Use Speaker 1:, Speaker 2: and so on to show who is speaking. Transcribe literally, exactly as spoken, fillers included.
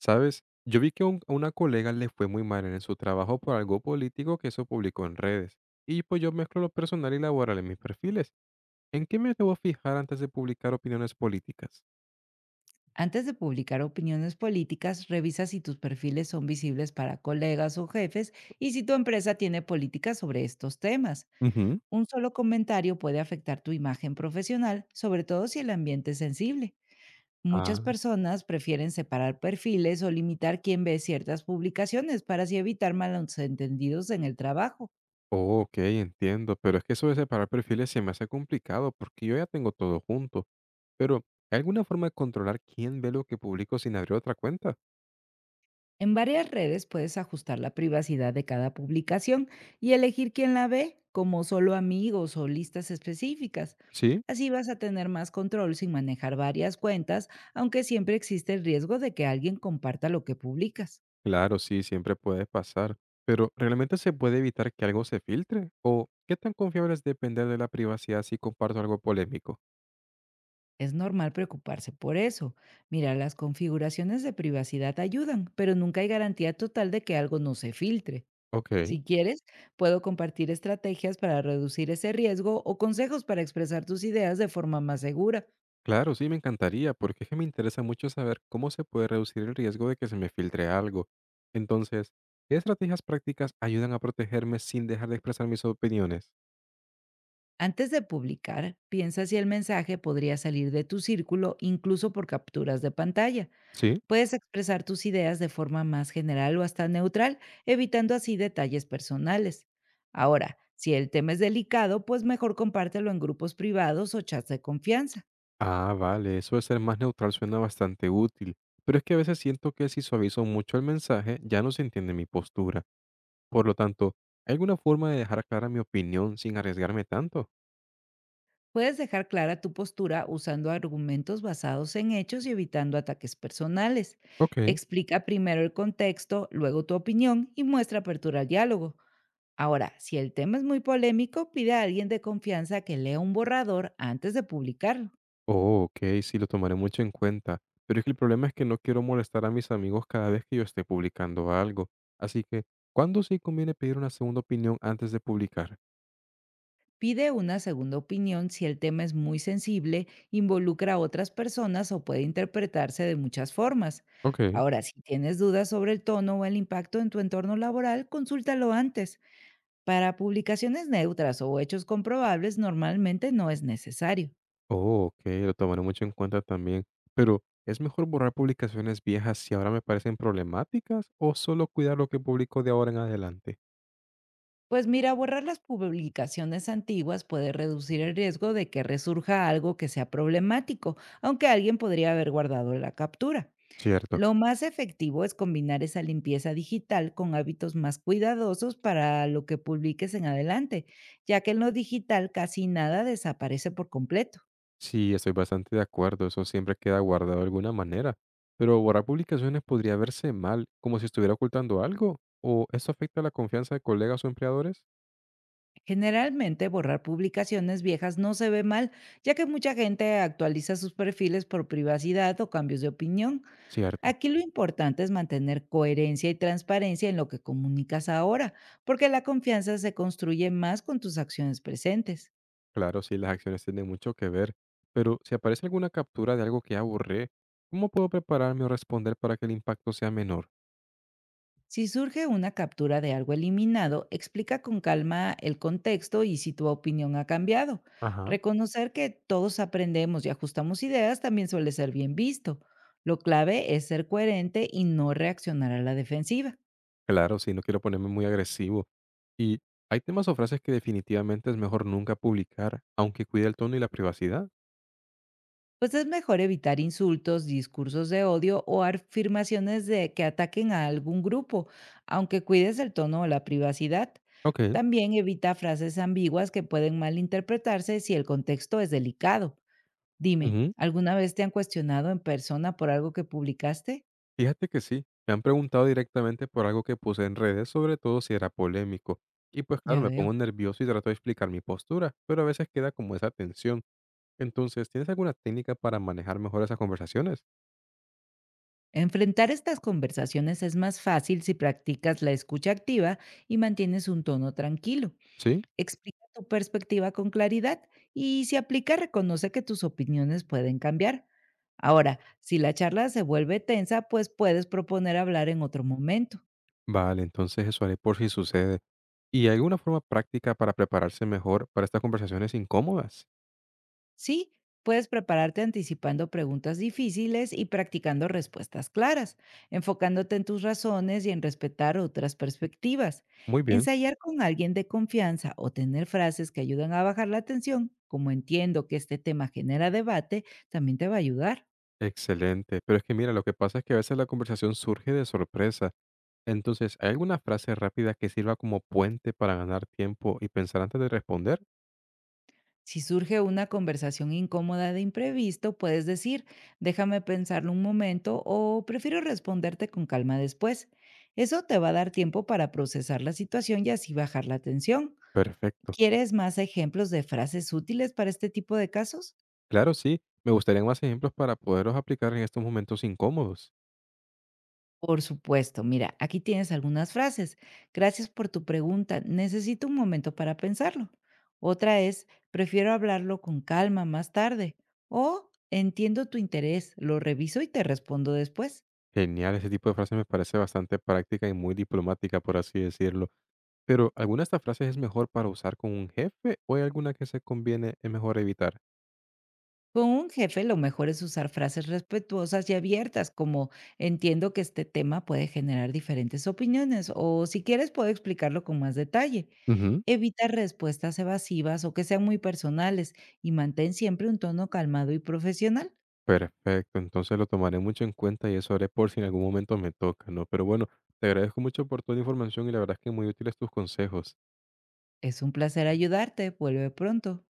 Speaker 1: ¿Sabes? Yo vi que un- a una colega le fue muy mal en su trabajo por algo político que eso publicó en redes. Y pues yo mezclo lo personal y laboral en mis perfiles. ¿En qué me debo fijar antes de publicar opiniones políticas?
Speaker 2: Antes de publicar opiniones políticas, revisa si tus perfiles son visibles para colegas o jefes y si tu empresa tiene políticas sobre estos temas.
Speaker 1: Ujú.
Speaker 2: Un solo comentario puede afectar tu imagen profesional, sobre todo si el ambiente es sensible. Muchas
Speaker 1: Ah,
Speaker 2: personas prefieren separar perfiles o limitar quién ve ciertas publicaciones para así evitar malos entendidos en el trabajo.
Speaker 1: oh, ok, entiendo. Pero es que eso de separar perfiles se me hace complicado porque yo ya tengo todo junto. ¿Pero, hay alguna forma de controlar quién ve lo que publico sin abrir otra cuenta?
Speaker 2: En varias redes puedes ajustar la privacidad de cada publicación y elegir quién la ve, como solo amigos o listas específicas.
Speaker 1: ¿Sí?
Speaker 2: Así vas a tener más control sin manejar varias cuentas, aunque siempre existe el riesgo de que alguien comparta lo que publicas.
Speaker 1: Claro, sí, siempre puede pasar. Pero, ¿realmente se puede evitar que algo se filtre? ¿O qué tan confiable es depender de la privacidad si comparto algo polémico?
Speaker 2: Es normal preocuparse por eso. Mira, las configuraciones de privacidad ayudan, pero nunca hay garantía total de que algo no se filtre.
Speaker 1: Ok.
Speaker 2: Si quieres, puedo compartir estrategias para reducir ese riesgo o consejos para expresar tus ideas de forma más segura.
Speaker 1: Claro, sí, me encantaría, porque es que me interesa mucho saber cómo se puede reducir el riesgo de que se me filtre algo. Entonces, ¿qué estrategias prácticas ayudan a protegerme sin dejar de expresar mis opiniones?
Speaker 2: Antes de publicar, piensa si el mensaje podría salir de tu círculo incluso por capturas de pantalla.
Speaker 1: Sí.
Speaker 2: Puedes expresar tus ideas de forma más general o hasta neutral, evitando así detalles personales. Ahora, si el tema es delicado, pues mejor compártelo en grupos privados o chats de confianza.
Speaker 1: Ah, vale, eso de ser más neutral suena bastante útil, pero es que a veces siento que si suavizo mucho el mensaje, ya no se entiende mi postura. Por lo tanto, ¿hay alguna forma de dejar clara mi opinión sin arriesgarme tanto?
Speaker 2: Puedes dejar clara tu postura usando argumentos basados en hechos y evitando ataques personales.
Speaker 1: Ok.
Speaker 2: Explica primero el contexto, luego tu opinión y muestra apertura al diálogo. Ahora, si el tema es muy polémico, pide a alguien de confianza que lea un borrador antes de publicarlo.
Speaker 1: Oh, ok, sí, lo tomaré mucho en cuenta. Pero es que el problema es que no quiero molestar a mis amigos cada vez que yo esté publicando algo. Así que, ¿cuándo sí conviene pedir una segunda opinión antes de publicar?
Speaker 2: Pide una segunda opinión si el tema es muy sensible, involucra a otras personas o puede interpretarse de muchas formas.
Speaker 1: Ok.
Speaker 2: Ahora, si tienes dudas sobre el tono o el impacto en tu entorno laboral, consúltalo antes. Para publicaciones neutras o hechos comprobables normalmente no es necesario.
Speaker 1: Oh, ok, lo tomaré mucho en cuenta también. Pero, ¿es mejor borrar publicaciones viejas si ahora me parecen problemáticas o solo cuidar lo que publico de ahora en adelante?
Speaker 2: Pues mira, borrar las publicaciones antiguas puede reducir el riesgo de que resurja algo que sea problemático, aunque alguien podría haber guardado la captura.
Speaker 1: Cierto.
Speaker 2: Lo más efectivo es combinar esa limpieza digital con hábitos más cuidadosos para lo que publiques en adelante, ya que en lo digital casi nada desaparece por completo.
Speaker 1: Sí, estoy bastante de acuerdo, eso siempre queda guardado de alguna manera. Pero borrar publicaciones podría verse mal, como si estuviera ocultando algo, o eso afecta la confianza de colegas o empleadores.
Speaker 2: Generalmente borrar publicaciones viejas no se ve mal, ya que mucha gente actualiza sus perfiles por privacidad o cambios de opinión.
Speaker 1: Cierto,
Speaker 2: Aquí lo importante es mantener coherencia y transparencia en lo que comunicas ahora, porque la confianza se construye más con tus acciones presentes.
Speaker 1: claro, sí, las acciones tienen mucho que ver, pero si aparece alguna captura de algo que ya borré, ¿cómo puedo prepararme o responder para que el impacto sea menor?
Speaker 2: Si surge una captura de algo eliminado, explica con calma el contexto y si tu opinión ha cambiado.
Speaker 1: Ajá.
Speaker 2: Reconocer que todos aprendemos y ajustamos ideas también suele ser bien visto. Lo clave es ser coherente y no reaccionar a la defensiva.
Speaker 1: Claro, sí, no quiero ponerme muy agresivo. Y hay temas o frases que definitivamente es mejor nunca publicar, aunque cuide el tono y la privacidad.
Speaker 2: Pues es mejor evitar insultos, discursos de odio o afirmaciones de que ataquen a algún grupo, aunque cuides el tono o la privacidad.
Speaker 1: Ok.
Speaker 2: También evita frases ambiguas que pueden malinterpretarse si el contexto es delicado. Dime,
Speaker 1: Ujú.
Speaker 2: ¿alguna vez te han cuestionado en persona por algo que publicaste?
Speaker 1: Fíjate que sí, me han preguntado directamente por algo que puse en redes, sobre todo si era polémico. Y pues
Speaker 2: Ya
Speaker 1: claro, me
Speaker 2: veo.
Speaker 1: pongo nervioso y trato de explicar mi postura, pero a veces queda como esa tensión. Entonces, ¿tienes alguna técnica para manejar mejor esas conversaciones?
Speaker 2: Enfrentar estas conversaciones es más fácil si practicas la escucha activa y mantienes un tono tranquilo.
Speaker 1: Sí,
Speaker 2: Explica tu perspectiva con claridad y si aplica, reconoce que tus opiniones pueden cambiar. Ahora, si la charla se vuelve tensa, pues puedes proponer hablar en otro momento.
Speaker 1: vale, entonces eso haré por si sucede. ¿Y hay alguna forma práctica para prepararse mejor para estas conversaciones incómodas?
Speaker 2: Sí, puedes prepararte anticipando preguntas difíciles y practicando respuestas claras, enfocándote en tus razones y en respetar otras perspectivas.
Speaker 1: Muy bien,
Speaker 2: Ensayar con alguien de confianza o tener frases que ayudan a bajar la tensión, como entiendo que este tema genera debate, también te va a ayudar.
Speaker 1: excelente. Pero es que mira, lo que pasa es que a veces la conversación surge de sorpresa. Entonces, ¿hay alguna frase rápida que sirva como puente para ganar tiempo y pensar antes de responder?
Speaker 2: Si surge una conversación incómoda de imprevisto, puedes decir, déjame pensarlo un momento o prefiero responderte con calma después. Eso te va a dar tiempo para procesar la situación y así bajar la tensión.
Speaker 1: Perfecto.
Speaker 2: ¿Quieres más ejemplos de frases útiles para este tipo de casos?
Speaker 1: Claro, sí. Me gustarían más ejemplos para poderlos aplicar en estos momentos incómodos.
Speaker 2: Por supuesto, mira, aquí tienes algunas frases. Gracias por tu pregunta. Necesito un momento para pensarlo. Otra es, prefiero hablarlo con calma más tarde. O, entiendo tu interés, lo reviso y te respondo después.
Speaker 1: Genial, ese tipo de frase me parece bastante práctica y muy diplomática, por así decirlo. Pero, ¿alguna de estas frases es mejor para usar con un jefe o hay alguna que se conviene, es mejor evitar?
Speaker 2: Con un jefe lo mejor es usar frases respetuosas y abiertas, como entiendo que este tema puede generar diferentes opiniones o si quieres puedo explicarlo con más detalle.
Speaker 1: Ujú.
Speaker 2: Evita respuestas evasivas o que sean muy personales y mantén siempre un tono calmado y profesional.
Speaker 1: Perfecto, entonces lo tomaré mucho en cuenta y eso haré por si en algún momento me toca, ¿no? Pero bueno, te agradezco mucho por toda la información y la verdad es que muy útiles tus consejos.
Speaker 2: Es un placer ayudarte. Vuelve pronto.